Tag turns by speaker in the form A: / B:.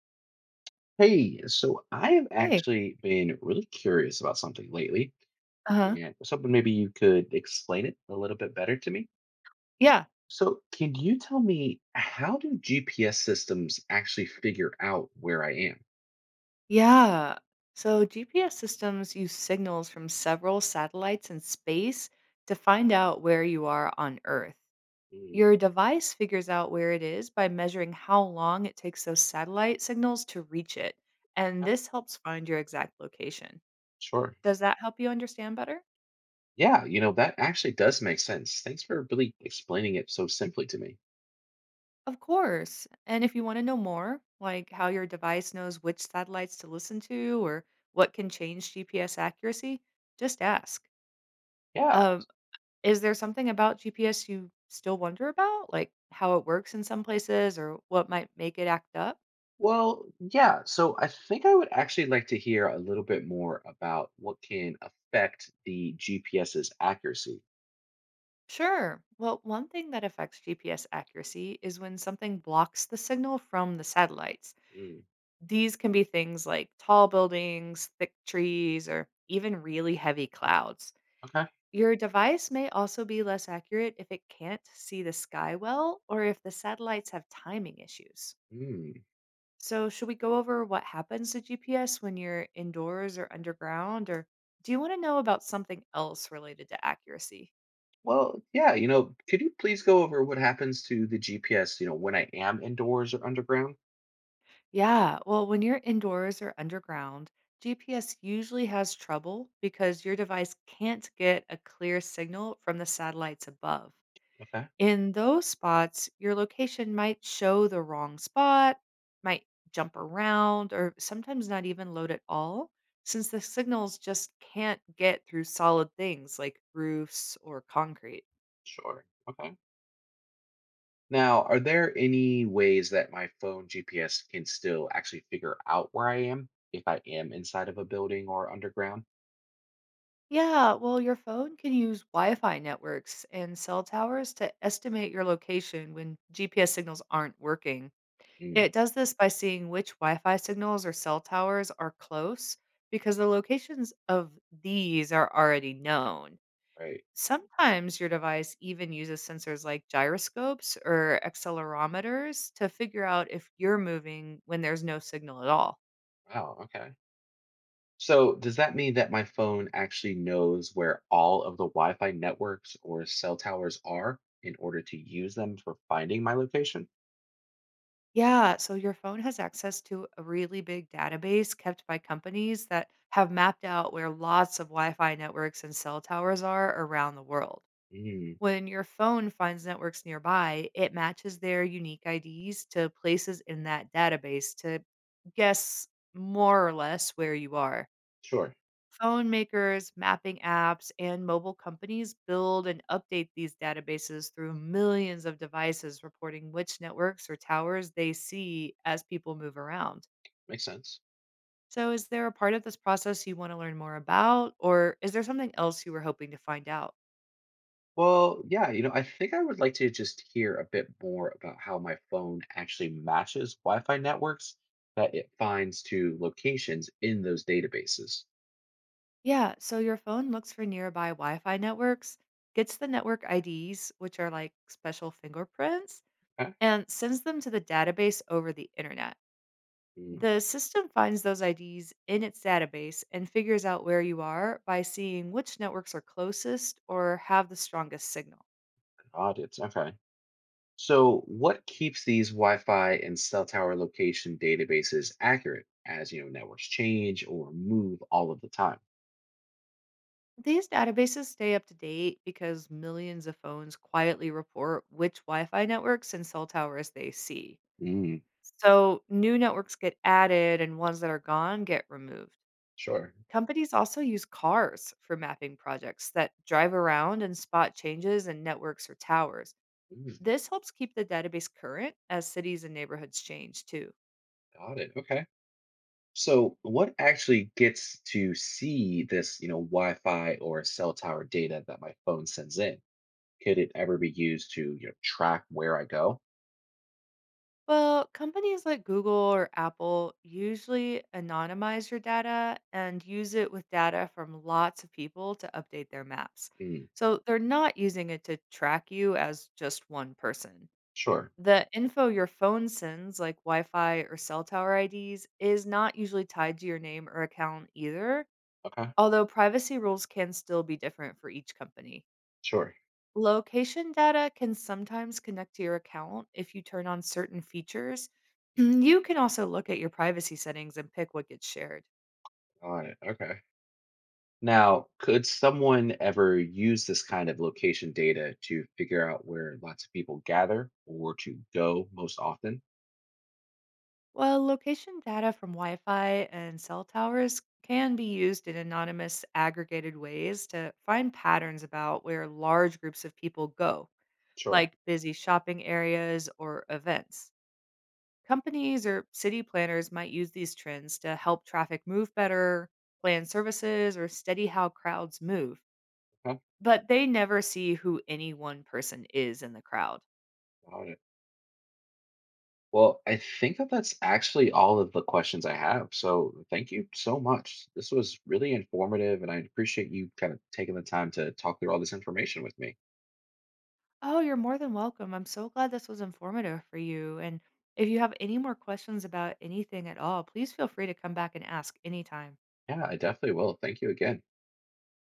A: Hey, so I have
B: Hey.
A: actually been really curious about something lately,
B: Uh-huh.
A: and I was hoping maybe you could explain it a little bit better to me.
B: Yeah.
A: So, can you tell me, how do GPS systems actually figure out where I am?
B: Yeah. So GPS systems use signals from several satellites in space to find out where you are on Earth.
A: Mm.
B: Your device figures out where it is by measuring how long it takes those satellite signals to reach it, and
A: uh,
B: this helps find your exact location.
A: Sure.
B: Does that help you understand better?
A: Yeah, that actually does make sense. Thanks for really explaining it so simply to me.
B: Of course. And if you want to know more, like how your device knows which satellites to listen to or what can change GPS accuracy, just ask.
A: Yeah.
B: Um, Is there something about GPS you still wonder about, like how it works in some places or what might make it act up?
A: Well, yeah. So I think I would actually like to hear a little bit more about what can affect the GPS's accuracy.
B: Sure. Well, one thing that affects GPS accuracy is when something blocks the signal from the satellites.
A: Mm.
B: These can be things like tall buildings, thick trees, or even really heavy clouds.
A: Okay.
B: Your device may also be less accurate if it can't see the sky well or if the satellites have timing issues.
A: Mm.
B: So, should we go over what happens to GPS when you're indoors or underground? Or do you want to know about something else related to accuracy?
A: Well, yeah, could you please go over what happens to the GPS, when I am indoors or underground?
B: Yeah, well, when you're indoors or underground, GPS usually has trouble because your device can't get a clear signal from the satellites above.
A: Okay,
B: In those spots, your location might show the wrong spot, might jump around, or sometimes not even load at all, since the signals just can't get through solid things like roofs or concrete.
A: sure. Okay. Now, are there any ways that my phone GPS can still actually figure out where I am if I am inside of a building or underground?
B: Yeah, well, your phone can use Wi Fi networks and cell towers to estimate your location when GPS signals aren't working.
A: Mm,
B: It does this by seeing which Wi Fi signals or cell towers are close because the locations of these are already known.
A: right.
B: Sometimes your device even uses sensors like gyroscopes or accelerometers to figure out if you're moving when there's no signal at all.
A: Wow, okay. So, does that mean that my phone actually knows where all of the Wi Fi networks or cell towers are in order to use them for finding my location?
B: Yeah, so your phone has access to a really big database kept by companies that have mapped out where lots of Wi Fi networks and cell towers are around the world.
A: Mm,
B: When your phone finds networks nearby, it matches their unique IDs to places in that database to guess more or less where you are.
A: sure.
B: Phone makers, mapping apps, and mobile companies build and update these databases through millions of devices reporting which networks or towers they see as people move around.
A: Makes sense.
B: So, is there a part of this process you want to learn more about, or is there something else you were hoping to find out?
A: Well, yeah, I think I would like to just hear a bit more about how my phone actually matches Wi-Fi networks that it finds to locations in those databases.
B: Yeah, so your phone looks for nearby Wi Fi networks, gets the network IDs, which are like special fingerprints,
A: Okay.
B: and sends them to the database over the internet.
A: Mm.
B: The system finds those IDs in its database and figures out where you are by seeing which networks are closest or have the strongest signal.
A: Got it. Okay. So, what keeps these Wi-Fi and cell tower location databases accurate as, networks change or move all of the time?
B: These databases stay up to date because millions of phones quietly report which Wi Fi networks and cell towers they see.
A: Mm,
B: So new networks get added and ones that are gone get removed.
A: sure.
B: Companies also use cars for mapping projects that drive around and spot changes in networks or towers.
A: Mm,
B: This helps keep the database current as cities and neighborhoods change too.
A: got it. Okay. So, what actually gets to see this, Wi-Fi or cell tower data that my phone sends in? Could it ever be used to, track where I go?
B: Well, companies like Google or Apple usually anonymize your data and use it with data from lots of people to update their maps.
A: Mm,
B: So they're not using it to track you as just one person.
A: sure.
B: The info your phone sends, like Wi Fi or cell tower IDs, is not usually tied to your name or account either,
A: Okay.
B: although privacy rules can still be different for each company.
A: Sure.
B: Location data can sometimes connect to your account if you turn on certain features. You can also look at your privacy settings and pick what gets shared.
A: Got it. Okay. Now, could someone ever use this kind of location data to figure out where lots of people gather or to go most often?
B: Well, location data from Wi Fi and cell towers can be used in anonymous, aggregated ways to find patterns about where large groups of people go,
A: Sure.
B: like busy shopping areas or events. Companies or city planners might use these trends to help traffic move better, plan services, or study how crowds move.
A: Okay.
B: But they never see who any one person is in the crowd.
A: Got it. Well, I think that that's actually all of the questions I have. So thank you so much. This was really informative, and I appreciate you kind of taking the time to talk through all this information with me.
B: "Oh, you're more than welcome. I'm so glad this was informative for you, and if you have any more questions about anything at all, please feel free to come back and ask anytime."
A: Yeah, I definitely will. Thank you again.